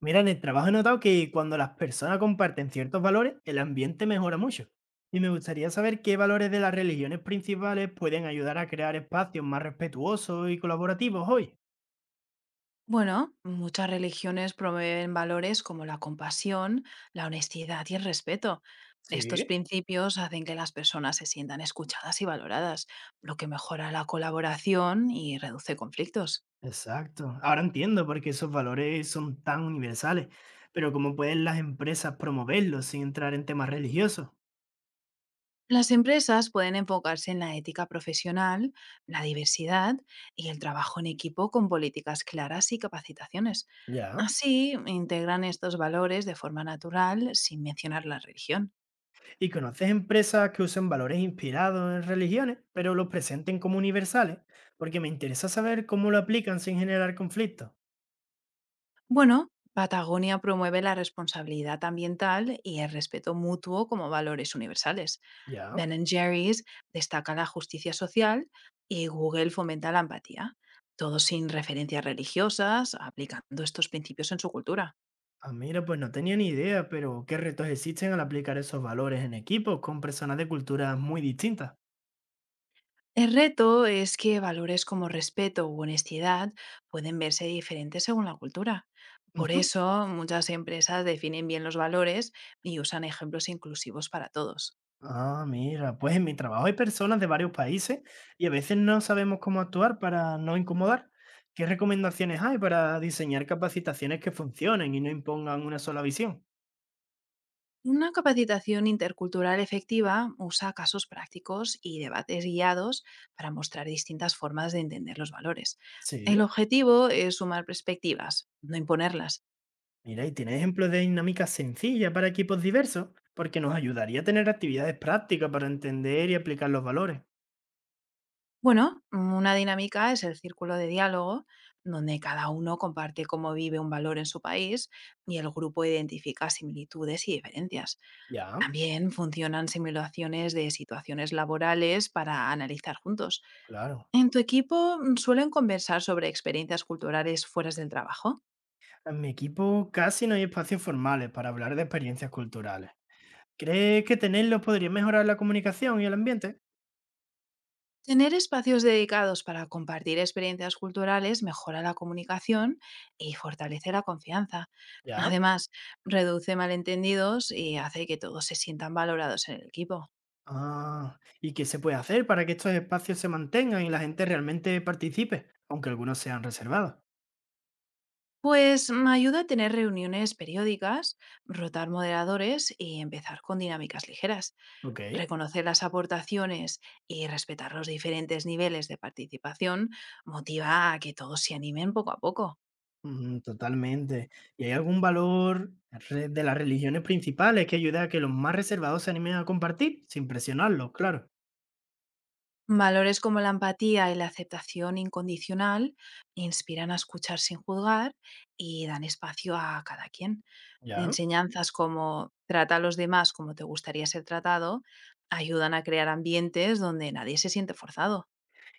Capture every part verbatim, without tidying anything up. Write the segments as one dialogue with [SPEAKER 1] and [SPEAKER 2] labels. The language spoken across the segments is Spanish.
[SPEAKER 1] Mira, en el trabajo he notado que cuando las personas comparten ciertos valores, el ambiente mejora mucho. Y me gustaría saber qué valores de las religiones principales pueden ayudar a crear espacios más respetuosos y colaborativos hoy.
[SPEAKER 2] Bueno, muchas religiones promueven valores como la compasión, la honestidad y el respeto. Estos
[SPEAKER 1] Sí.
[SPEAKER 2] principios hacen que las personas se sientan escuchadas y valoradas, lo que mejora la colaboración y reduce conflictos.
[SPEAKER 1] Exacto. Ahora entiendo por qué esos valores son tan universales, pero cómo pueden las empresas promoverlos sin entrar en temas religiosos.
[SPEAKER 2] Las empresas pueden enfocarse en la ética profesional, la diversidad y el trabajo en equipo con políticas claras y capacitaciones.
[SPEAKER 1] Ya.
[SPEAKER 2] Así, integran estos valores de forma natural sin mencionar la religión.
[SPEAKER 1] ¿Y conoces empresas que usen valores inspirados en religiones, pero los presenten como universales? Porque me interesa saber cómo lo aplican sin generar conflictos.
[SPEAKER 2] Bueno, Patagonia promueve la responsabilidad ambiental y el respeto mutuo como valores universales.
[SPEAKER 1] Ya.
[SPEAKER 2] Ben Jerry's destaca la justicia social y Google fomenta la empatía, todo sin referencias religiosas, aplicando estos principios en su cultura.
[SPEAKER 1] Ah, mira, pues no tenía ni idea, pero ¿qué retos existen al aplicar esos valores en equipos con personas de culturas muy distintas?
[SPEAKER 2] El reto es que valores como respeto u honestidad pueden verse diferentes según la cultura. Por
[SPEAKER 1] Ujú.
[SPEAKER 2] eso, muchas empresas definen bien los valores y usan ejemplos inclusivos para todos.
[SPEAKER 1] Ah, mira, pues en mi trabajo hay personas de varios países y a veces no sabemos cómo actuar para no incomodar. ¿Qué recomendaciones hay para diseñar capacitaciones que funcionen y no impongan una sola visión?
[SPEAKER 2] Una capacitación intercultural efectiva usa casos prácticos y debates guiados para mostrar distintas formas de entender los valores.
[SPEAKER 1] Sí.
[SPEAKER 2] El objetivo es sumar perspectivas, no imponerlas.
[SPEAKER 1] Mira, y tiene ejemplos de dinámicas sencillas para equipos diversos, porque nos ayudaría a tener actividades prácticas para entender y aplicar los valores.
[SPEAKER 2] Bueno, una dinámica es el círculo de diálogo, donde cada uno comparte cómo vive un valor en su país y el grupo identifica similitudes y diferencias.
[SPEAKER 1] Ya,
[SPEAKER 2] También funcionan simulaciones de situaciones laborales para analizar juntos.
[SPEAKER 1] claro.
[SPEAKER 2] ¿En tu equipo mm, suelen conversar sobre experiencias culturales fuera del trabajo?
[SPEAKER 1] En mi equipo casi no hay espacios formales para hablar de experiencias culturales. ¿Crees que tenerlos podría mejorar la comunicación y el ambiente?
[SPEAKER 2] Tener espacios dedicados para compartir experiencias culturales mejora la comunicación y fortalece la confianza.
[SPEAKER 1] Ya.
[SPEAKER 2] Además, reduce malentendidos y hace que todos se sientan valorados en el equipo.
[SPEAKER 1] Ah, ¿y qué se puede hacer para que estos espacios se mantengan y la gente realmente participe, aunque algunos sean reservados?
[SPEAKER 2] Pues mm, ayuda a tener reuniones periódicas, rotar moderadores y empezar con dinámicas ligeras.
[SPEAKER 1] Ok.
[SPEAKER 2] Reconocer las aportaciones y respetar los diferentes niveles de participación motiva a que todos se animen poco a poco.
[SPEAKER 1] Mm, totalmente. ¿Y hay algún valor re- de las religiones principales que ayude a que los más reservados se animen a compartir, sin presionarlos, claro?
[SPEAKER 2] Valores como la empatía y la aceptación incondicional inspiran a escuchar sin juzgar y dan espacio a cada quien.
[SPEAKER 1] Ya.
[SPEAKER 2] Enseñanzas como trata a los demás como te gustaría ser tratado ayudan a crear ambientes donde nadie se siente forzado.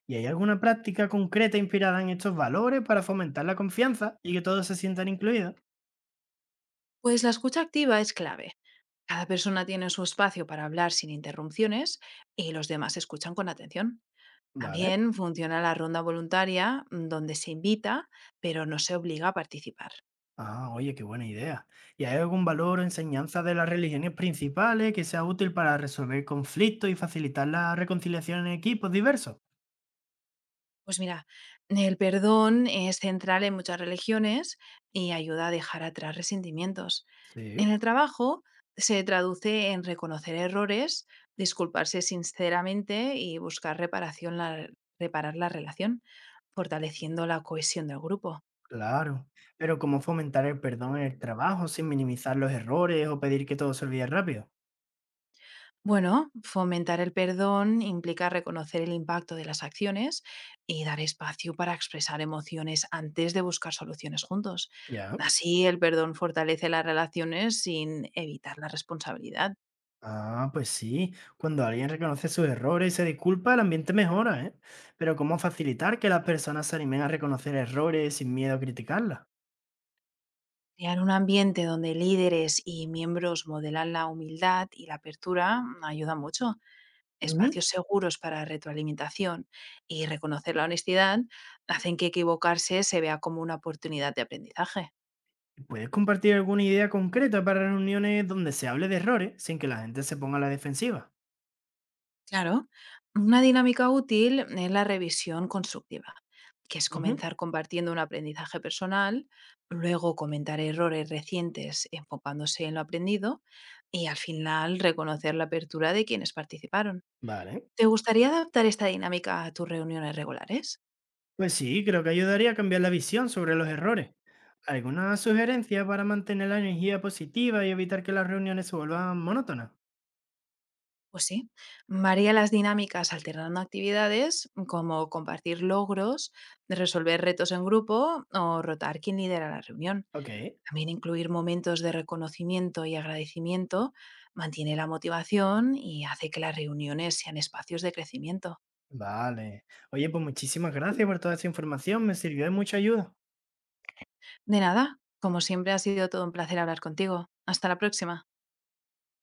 [SPEAKER 1] ¿Y hay alguna práctica concreta inspirada en estos valores para fomentar la confianza y que todos se sientan incluidos?
[SPEAKER 2] Pues la escucha activa es clave. Cada persona tiene su espacio para hablar sin interrupciones y los demás escuchan con atención.
[SPEAKER 1] Vale.
[SPEAKER 2] También funciona la ronda voluntaria mm, donde se invita, pero no se obliga a participar.
[SPEAKER 1] Ah, oye, qué buena idea. ¿Y hay algún valor o enseñanza de las religiones principales que sea útil para resolver conflictos y facilitar la reconciliación en equipos diversos?
[SPEAKER 2] Pues mira, el perdón es central en muchas religiones y ayuda a dejar atrás resentimientos.
[SPEAKER 1] Sí,
[SPEAKER 2] En el trabajo se traduce en reconocer errores, disculparse sinceramente y buscar reparación la- reparar la relación, fortaleciendo la cohesión del grupo.
[SPEAKER 1] claro. Pero ¿cómo fomentar el perdón en el trabajo sin minimizar los errores o pedir que todo se olvide rápido?
[SPEAKER 2] Bueno, fomentar el perdón implica reconocer el impacto de las acciones y dar espacio para expresar emociones antes de buscar soluciones juntos.
[SPEAKER 1] Ya.
[SPEAKER 2] Así, el perdón fortalece las relaciones sin evitar la responsabilidad.
[SPEAKER 1] Ah, pues sí, cuando alguien reconoce sus errores y se disculpa, el ambiente mejora, ¿eh? Pero ¿cómo facilitar que las personas se animen a reconocer errores sin miedo a criticarlas?
[SPEAKER 2] Crear un ambiente donde líderes y miembros modelan la humildad y la apertura ayuda mucho.
[SPEAKER 1] Ujú.
[SPEAKER 2] Espacios seguros para retroalimentación y reconocer la honestidad hacen que equivocarse se vea como una oportunidad de aprendizaje.
[SPEAKER 1] ¿Puedes compartir alguna idea concreta para reuniones donde se hable de errores sin que la gente se ponga a la defensiva?
[SPEAKER 2] Claro, una dinámica útil es la revisión constructiva, que es
[SPEAKER 1] Ujú.
[SPEAKER 2] comenzar compartiendo un aprendizaje personal, luego comentar errores recientes enfocándose en lo aprendido y al final reconocer la apertura de quienes participaron.
[SPEAKER 1] Vale.
[SPEAKER 2] ¿Te gustaría adaptar esta dinámica a tus reuniones regulares?
[SPEAKER 1] Pues sí, creo que ayudaría a cambiar la visión sobre los errores. ¿Alguna sugerencia para mantener la energía positiva y evitar que las reuniones se vuelvan monótonas?
[SPEAKER 2] Pues sí, varía las dinámicas alternando actividades como compartir logros, resolver retos en grupo o rotar quién lidera la reunión.
[SPEAKER 1] Ok.
[SPEAKER 2] También incluir momentos de reconocimiento y agradecimiento mantiene la motivación y hace que las reuniones sean espacios de crecimiento.
[SPEAKER 1] Vale. Oye, pues muchísimas gracias por toda esa información, me sirvió de mucha ayuda.
[SPEAKER 2] De nada, como siempre ha sido todo un placer hablar contigo. Hasta la próxima.